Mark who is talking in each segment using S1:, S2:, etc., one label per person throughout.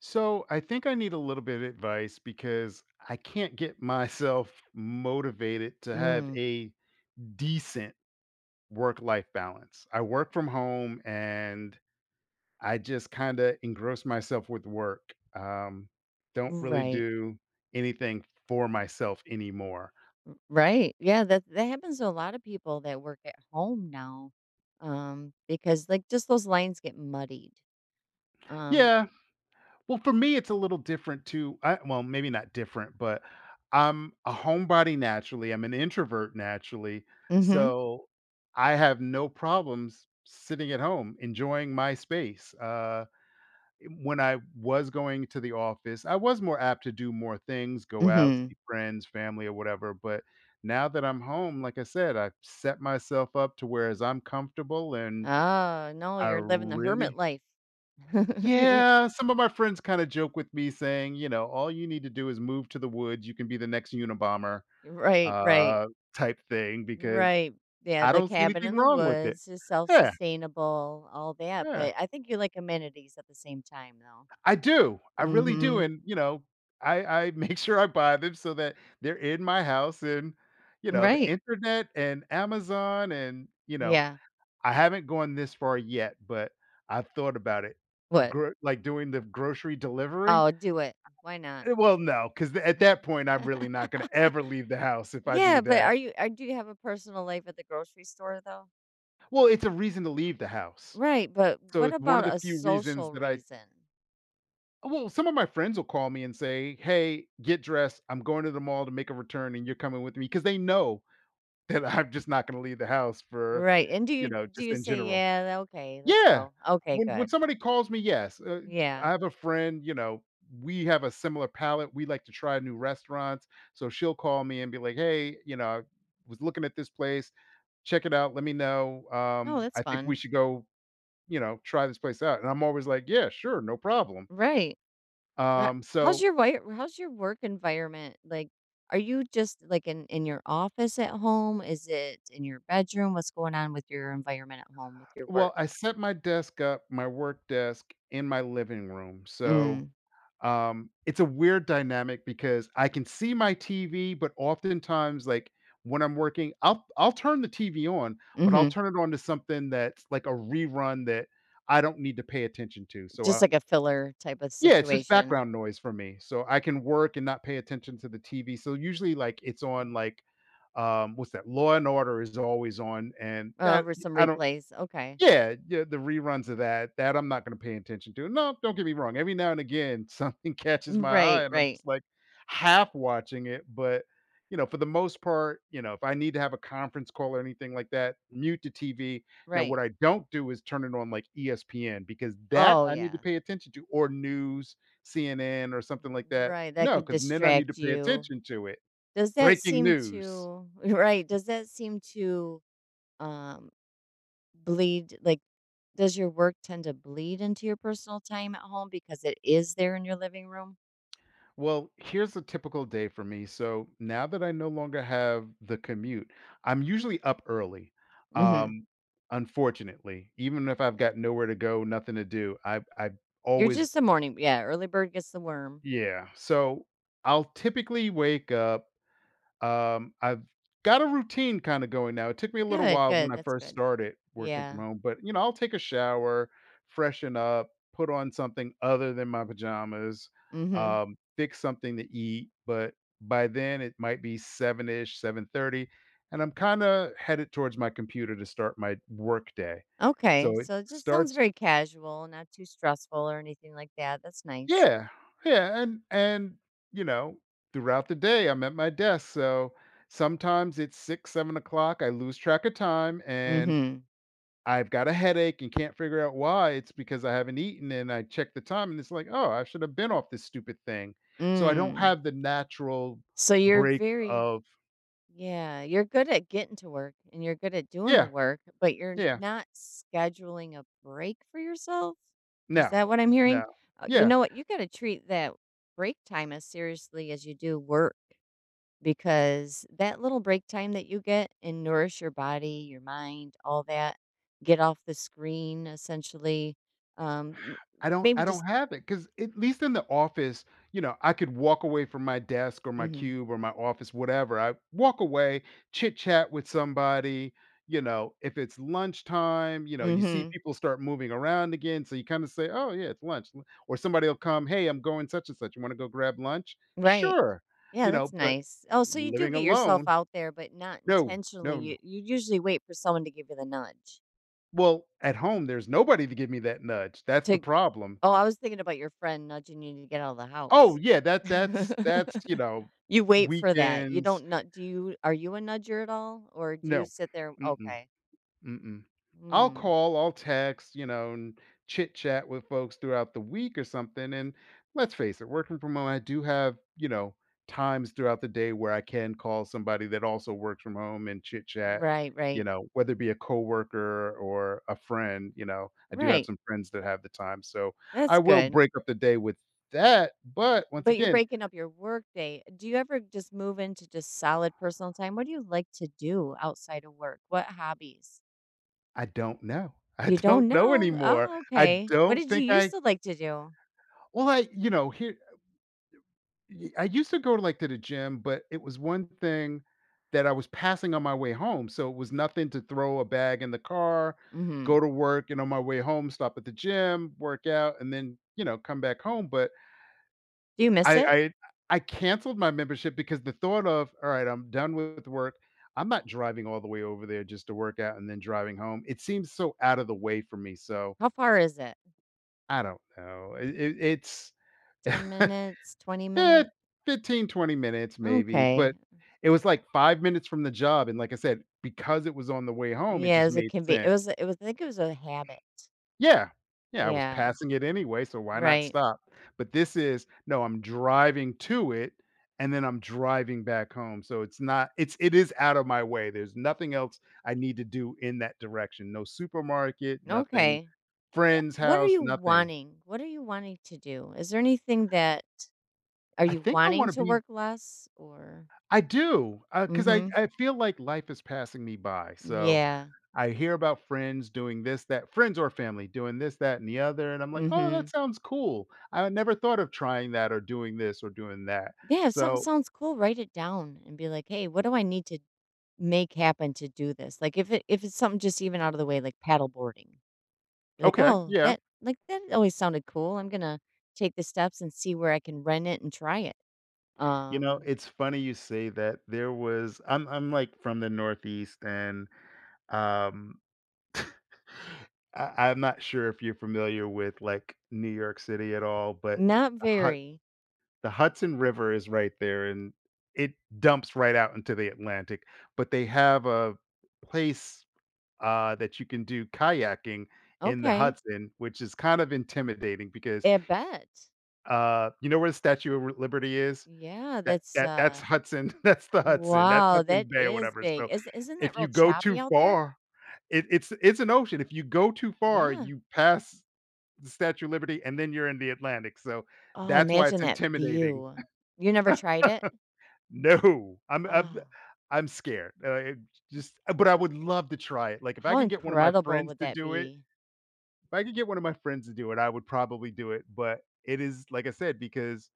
S1: So I think I need a little bit of advice because I can't get myself motivated to have
S2: Mm,
S1: a decent work life balance. I work from home and I just kind of engross myself with work. Don't really
S2: right.
S1: do anything for myself anymore.
S2: Right. Yeah, that happens to a lot of people that work at home now. Because like just those lines get muddied. Um,
S1: Yeah. Well, for me, it's a little different too. Well, maybe not different, but I'm a homebody naturally. I'm an introvert naturally.
S2: mhm.
S1: So I have no problems sitting at home enjoying my space. When I was going to the office, I was more apt to do more things, go out,
S2: Mhm.
S1: see friends, family, or whatever. But now that I'm home, like I said, I've set myself up to whereas I'm comfortable and
S2: Oh, no,
S1: I
S2: you're living the hermit
S1: really
S2: life. You're-
S1: yeah, some of my friends kind of joke with me saying, you know, all you need to do is move to the woods. You can be the next Unabomber,
S2: Right, right.
S1: uh, type thing because
S2: Right. Yeah,
S1: I
S2: the
S1: don't see
S2: cabin
S1: anything
S2: in the
S1: wrong with it.
S2: woods is
S1: Yeah,
S2: self-sustainable, all that,
S1: yeah,
S2: but I think you like amenities at the same time though.
S1: I do. I really do.
S2: Mhm.
S1: And, you know, I make sure I buy them so that they're in my house and, you know, the
S2: Right.
S1: internet and Amazon. And, you know,
S2: Yeah.
S1: I haven't gone this far yet, but I've thought about it.
S2: What?
S1: Like doing the grocery delivery.
S2: Oh, do it. Why not?
S1: Well, no, because at that point, I'm really not gonna ever leave the house if I
S2: Yeah,
S1: do
S2: but are
S1: that.
S2: you are do you have a personal life at the grocery store though?
S1: Well, it's a reason to leave the house.
S2: Right, but
S1: So
S2: what
S1: it's one
S2: about
S1: of the
S2: a
S1: few reasons
S2: social
S1: that I
S2: reason?
S1: well, some of my friends will call me and say, "Hey, get dressed. I'm going to the mall to make a return and you're coming with me," because they know that I'm just not gonna leave the house for,
S2: Right. And do
S1: you
S2: you
S1: know,
S2: do
S1: just
S2: you
S1: in
S2: say,
S1: general.
S2: "Yeah, okay, let's
S1: Yeah.
S2: go." Okay,
S1: When
S2: good.
S1: somebody calls me, yes.
S2: Yeah.
S1: I have a friend, you know, we have a similar palate. We like to try new restaurants. So she'll call me and be like, "Hey, you know, I was looking at this place. Check it out, let me know,
S2: Oh, that's
S1: I think we
S2: fun.
S1: should go, you know, try this place out," and I'm always like, "Yeah, sure, no problem."
S2: Right. Uh,
S1: Um,
S2: How's
S1: so
S2: your how's your work environment? Like are you just like in your office at home? Is it in your bedroom? What's going on with your environment at home with your work?
S1: well, I set my desk up, my work desk in my living room, so,
S2: Mm.
S1: it's a weird dynamic because I can see my TV, but oftentimes, like, when I'm working, I'll turn the TV on, but I'll
S2: Mhm.
S1: turn it on to something that's like a rerun that I don't need to pay attention to, so
S2: Just
S1: I
S2: like a filler type of
S1: yeah, it's just
S2: situation.
S1: background noise for me, so I can work and not pay attention to the TV, so usually, like, it's on, like, what's that? Law& and Order is always on, and that
S2: Over some
S1: I don't
S2: replays, okay.
S1: yeah, yeah, the reruns of that, that I'm not gonna pay attention to. No, don't get me wrong, every now and again, something catches my eye,
S2: Right,
S1: and I'm
S2: right,
S1: just, like, half watching it, but, you know, for the most part, you know, if I need to have a conference call or anything like that, mute the TV. Now what
S2: right.
S1: I don't do is turn it on, like, ESPN because that
S2: Oh,
S1: I need to
S2: yeah.
S1: pay attention to, or news, CNN or something like that.
S2: Right, that
S1: No,
S2: could
S1: because then I need to
S2: distract
S1: pay
S2: you.
S1: attention to it.
S2: Does that
S1: Breaking
S2: seem
S1: news.
S2: to right, does that seem to, um, bleed like, does your work tend to bleed into your personal time at home because it is there in your living room?
S1: Well, here's a typical day for me. So now that I no longer have the commute, I'm usually up early.
S2: Mhm.
S1: Um, Unfortunately, even if I've got nowhere to go, nothing to do, I
S2: You're
S1: always
S2: just a morning yeah, early bird gets the worm.
S1: yeah. So I'll typically wake up. I've got a routine kinda going now. It took me a little
S2: Good,
S1: while when
S2: good,
S1: I
S2: that's
S1: first
S2: good.
S1: started working from
S2: Yeah.
S1: home, but, you know, I'll take a shower, freshen up, put on something other than my pajamas,
S2: Mhm.
S1: fix something to eat, but by then it might be 7-ish, 7:30, and I'm kinda headed towards my computer to start my work day.
S2: Okay,
S1: So it
S2: so it just sounds
S1: starts
S2: very casual, not too stressful or anything like that, that's nice.
S1: Yeah, yeah, and you know, throughout the day, I'm at my desk. So sometimes it's six, 7 o'clock. I lose track of time, and
S2: Mhm.
S1: I've got a headache and can't figure out why. It's because I haven't eaten, and I check the time, and it's like, oh, I should have been off this stupid thing. So I don't
S2: Mm.
S1: have the natural
S2: So you're
S1: break
S2: very
S1: of
S2: yeah, you're good at getting to work and you're good at doing the
S1: yeah,
S2: work, but you're
S1: yeah,
S2: not scheduling a break for yourself? Is
S1: no,
S2: that what I'm hearing?
S1: no,
S2: You
S1: yeah.
S2: know what? You gotta treat that break time as seriously as you do work because that little break time that you get and nourish your body, your mind, all that, get off the screen essentially. Um, m-
S1: I don't
S2: Maybe
S1: I don't
S2: just,
S1: have it, cause at least in the office, you know, I could walk away from my desk or my
S2: hmm
S1: cube or my office, whatever. I walk away, chit chat with somebody, you know, if it's lunchtime, you know, you see
S2: hmm
S1: people start moving around again, so you kinda say, "Oh, yeah, it's lunch," l or somebody'll come, "Hey, I'm going such and such. You wanna go grab lunch?"
S2: right.
S1: "Sure,"
S2: Yeah,
S1: you
S2: that's
S1: know, but
S2: nice. Oh, so you do
S1: living
S2: get yourself
S1: alone,
S2: out there, but not
S1: no,
S2: intentionally.
S1: no, no.
S2: You usually wait for someone to give you the nudge.
S1: Well, at home, there's nobody to give me that nudge. That's the
S2: To
S1: problem.
S2: Oh, I was thinking about your friend nudging you to get out of the
S1: Oh,
S2: house.
S1: yeah, that's, you know,
S2: You wait for that. You
S1: weekends.
S2: don't nut. Do you? Are you a nudger at all, or do you
S1: No.
S2: sit there?
S1: Mm-mm,
S2: Okay.
S1: mm-mm. I'll
S2: Hmm.
S1: call, I'll text, you know, and chit-chat with folks throughout the week or something, and let's face it, working from home, I do have, you know, times throughout the day where I can call somebody that also works from home and chit-chat,
S2: Right.
S1: you
S2: Right.
S1: know, whether it be a coworker or a friend, you know, I do have
S2: Right.
S1: some friends that have the time, so
S2: That's
S1: I will
S2: good.
S1: break up the day with that, but once
S2: But you're
S1: again
S2: breaking up your work day. Do you ever just move into just solid personal time? What do you like to do outside of work? What hobbies?
S1: I don't know. I
S2: You don't
S1: don't know
S2: know?
S1: anymore.
S2: Oh,
S1: I
S2: okay. What
S1: don't
S2: did you
S1: think
S2: used
S1: I
S2: to like to do?
S1: Well, I you know, here y I used to go, like, to the gym, but it was one thing that I was passing on my way home, so it was nothing to throw a bag in the car, go
S2: Mhm.
S1: to work, and on my way home, stop at the gym, work out, and then, you know, come back home, but
S2: Do you miss
S1: I
S2: it?
S1: I I canceled my membership because the thought of, "All right, I'm done with work. I'm not driving all the way over there just to work out and then driving home." It seems so out of the way for me, so
S2: How far is it?
S1: I don't know. It's
S2: 10 minutes? 20
S1: eh,
S2: minutes?
S1: 15, 20 minutes maybe, but
S2: Okay.
S1: it was, like, 5 minutes from the job, and like I said, because it was on the way home, it
S2: Yeah, it
S1: just
S2: was a
S1: made
S2: conve
S1: sense.
S2: it was I think it was a habit.
S1: Yeah. Yeah, I was
S2: Yeah.
S1: passing it anyway, so why not
S2: Right.
S1: stop? But this is no, I'm driving to it, and then I'm driving back home, so it's not it's it is out of my way. There's nothing else I need to do in that direction. No supermarket, nothing,
S2: Okay. Yeah.
S1: friend's
S2: What are
S1: house,
S2: you
S1: nothing.
S2: wanting? What are you wanting to do? Is there anything that are
S1: I
S2: you
S1: think I
S2: wanting
S1: wanna
S2: to
S1: be
S2: work less or
S1: I do, because
S2: mhm.
S1: I feel like life is passing me by, so
S2: Yeah.
S1: I hear about friends doing this, that, friends or family doing this, that, and the other, and I'm like, "Oh, that
S2: Mhm.
S1: sounds cool. I never thought of trying that or doing this or doing that."
S2: Yeah, if something
S1: So
S2: sounds cool, write it down and be like, "Hey, what do I need to make happen to do this?" Like if it if it's something just even out of the way, like paddle boarding, be like,
S1: okay,
S2: "Oh,
S1: yeah.
S2: that like that always sounded cool. I'm gonna take the steps and see where I can rent it and try it."
S1: You know,
S2: Um,
S1: it's funny you say that. There was I'm, like, from the Northeast, and, um, I'm not sure if you're familiar with, like, New York City at all, but
S2: Not
S1: the hi
S2: very
S1: the Hudson River is right there, and it dumps right out into the Atlantic, but they have a place, that you can do kayaking in the
S2: okay.
S1: Hudson, which is kind of intimidating because,
S2: I bet.
S1: you know where the Statue of Liberty is?
S2: Yeah,
S1: That
S2: that's
S1: that that's Hudson. That's the Hudson. That's
S2: wow,
S1: Hudson
S2: that
S1: Bay or
S2: is
S1: whatever,
S2: big.
S1: so
S2: Is isn't that
S1: if you
S2: real
S1: go
S2: choppy
S1: too
S2: out there?
S1: far it it's an ocean. If you go too far,
S2: Yeah.
S1: you pass the Statue of Liberty, and then you're in the Atlantic, so
S2: Oh,
S1: that's why
S2: imagine
S1: it's
S2: that
S1: intimidating.
S2: view. You never tried it?
S1: No, I'm
S2: Oh.
S1: I'm scared, it just but I would love to try it, like, if I
S2: How
S1: could get one of my
S2: incredible
S1: friends
S2: would
S1: to
S2: that
S1: do it
S2: be?
S1: if I could get one of my friends to do it, I would probably do it, but it is, like I said, because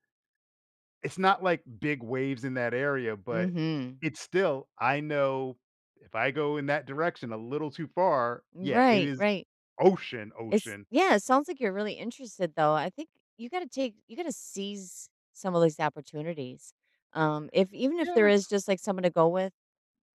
S1: it's not like big waves in that area, but
S2: Mhm.
S1: it's still I know if I go in that direction a little too far, yeah, it
S2: Right,
S1: is
S2: right.
S1: ocean,
S2: It's
S1: ocean.
S2: yeah, it sounds like you're really interested though. I think you gotta take you gotta seize some of these opportunities. If even if there
S1: Yeah,
S2: is just like someone to go with.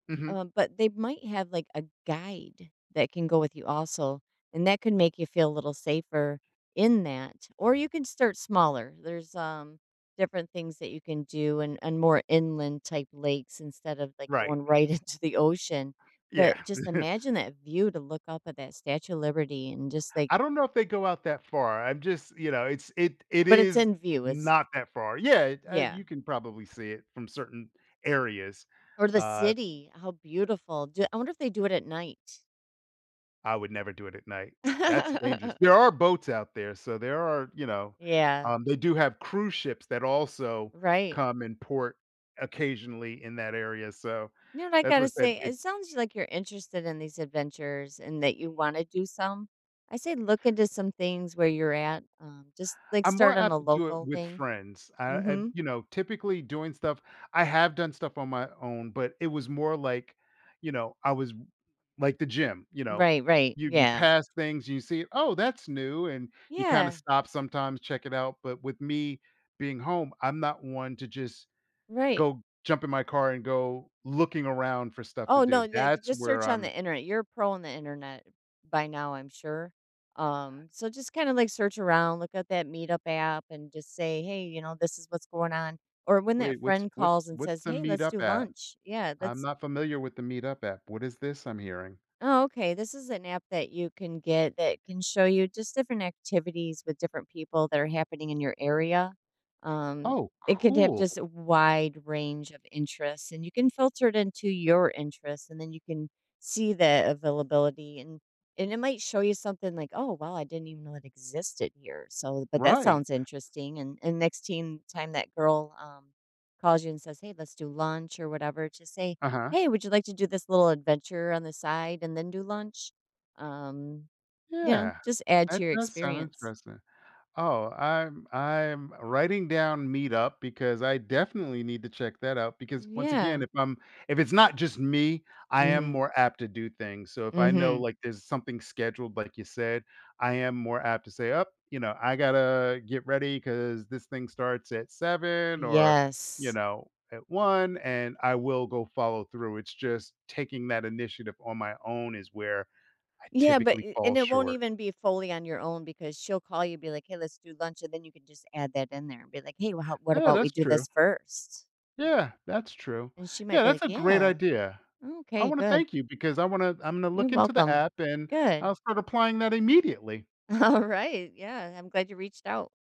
S1: mhm,
S2: But they might have like a guide that can go with you also, and that could make you feel a little safer in that. Or you can start smaller. There's different things that you can do and, more inland type lakes instead of like
S1: right,
S2: going right into the ocean. But
S1: yeah.
S2: just imagine that view to look up at that Statue of Liberty and just like
S1: I don't know if they go out that far. I'm just You know, it's it it
S2: but it's
S1: is
S2: in view, it's
S1: not that far. Yeah, it,
S2: yeah.
S1: you can probably see it from certain areas.
S2: Or the
S1: Uh,
S2: city. How beautiful. Do, I wonder if they do it at night.
S1: I would never do it at night. That's dangerous. There are boats out there, so there are you know,
S2: Yeah.
S1: they do have cruise ships that also
S2: Right.
S1: come and port occasionally in that area. So
S2: You know what I
S1: that's
S2: gotta
S1: what I said.
S2: say? It sounds like you're interested in these adventures and that you want to do some. I say look into some things where you're at. Just like
S1: I'm more
S2: start on a
S1: apt to do it
S2: local
S1: with
S2: thing.
S1: friends. I
S2: Mm-hmm.
S1: You know, typically doing stuff I have done stuff on my own, but it was more like, you know, I was like the gym, you know,
S2: Right, right.
S1: you
S2: Yeah.
S1: pass things, you see it, oh, that's new and you kind of
S2: Yeah.
S1: stop sometimes, check it out, but with me being home, I'm not one to just
S2: Right.
S1: go jump in my car and go looking around for stuff to
S2: Oh
S1: do.
S2: no, like
S1: That's
S2: just
S1: where
S2: search on
S1: I'm
S2: the internet. You're a pro on the internet by now, I'm sure. So just kind of like search around, look at that Meetup app and just say, Hey, you know, this is what's going on. Or when that
S1: wait, what's
S2: friend
S1: what's
S2: calls and
S1: what's
S2: says,
S1: the
S2: Hey, let's
S1: meetup
S2: do
S1: app?
S2: lunch. Yeah,
S1: I'm
S2: let's
S1: not familiar with the meetup app. What is this I'm hearing?
S2: oh, okay. This is an app that you can get that can show you just different activities with different people that are happening in your area. Um,
S1: Oh,
S2: it could have
S1: cool.
S2: just a wide range of interests, and you can filter it into your interests, and then you can see the availability and it might show you something like, "Oh, wow, I didn't even know it existed here." So, but that
S1: Right.
S2: sounds interesting. And next team time that girl calls you and says, "Hey, let's do lunch or whatever," just say,
S1: Uh-huh.
S2: "Hey, would you like to do this little adventure on the side and then do lunch?" Um, you know,
S1: Yeah.
S2: just add to
S1: That
S2: your
S1: does sound
S2: experience.
S1: interesting. Oh, I'm writing down Meetup because I definitely need to check that out because once again,
S2: Yeah.
S1: if it's not just me, I am
S2: Mhm.
S1: more apt to do things. So if I know
S2: Mhm.
S1: like there's something scheduled, like you said, I am more apt to say, up, you know, I gotta get ready because this thing starts at 7 or you
S2: Yes.
S1: know at 1, and I will go follow through. It's just taking that initiative on my own is where I
S2: Yeah, but
S1: typically
S2: I
S1: fall
S2: and it won't
S1: short.
S2: even be fully on your own because she'll call you, be like, "Hey, let's do lunch," and then you can just add that in there and be like, "Hey, well, how what
S1: Yeah,
S2: about we
S1: that's
S2: do
S1: true.
S2: this first?"
S1: Yeah, that's true.
S2: And she might
S1: Yeah,
S2: be
S1: that's
S2: like,
S1: a great
S2: "Yeah.
S1: idea. I
S2: Okay,
S1: wanna
S2: good.
S1: thank you because I'm gonna
S2: You're
S1: look into the
S2: welcome.
S1: app, and
S2: Good.
S1: I'll start applying that immediately.
S2: All right. Yeah, I'm glad you reached out."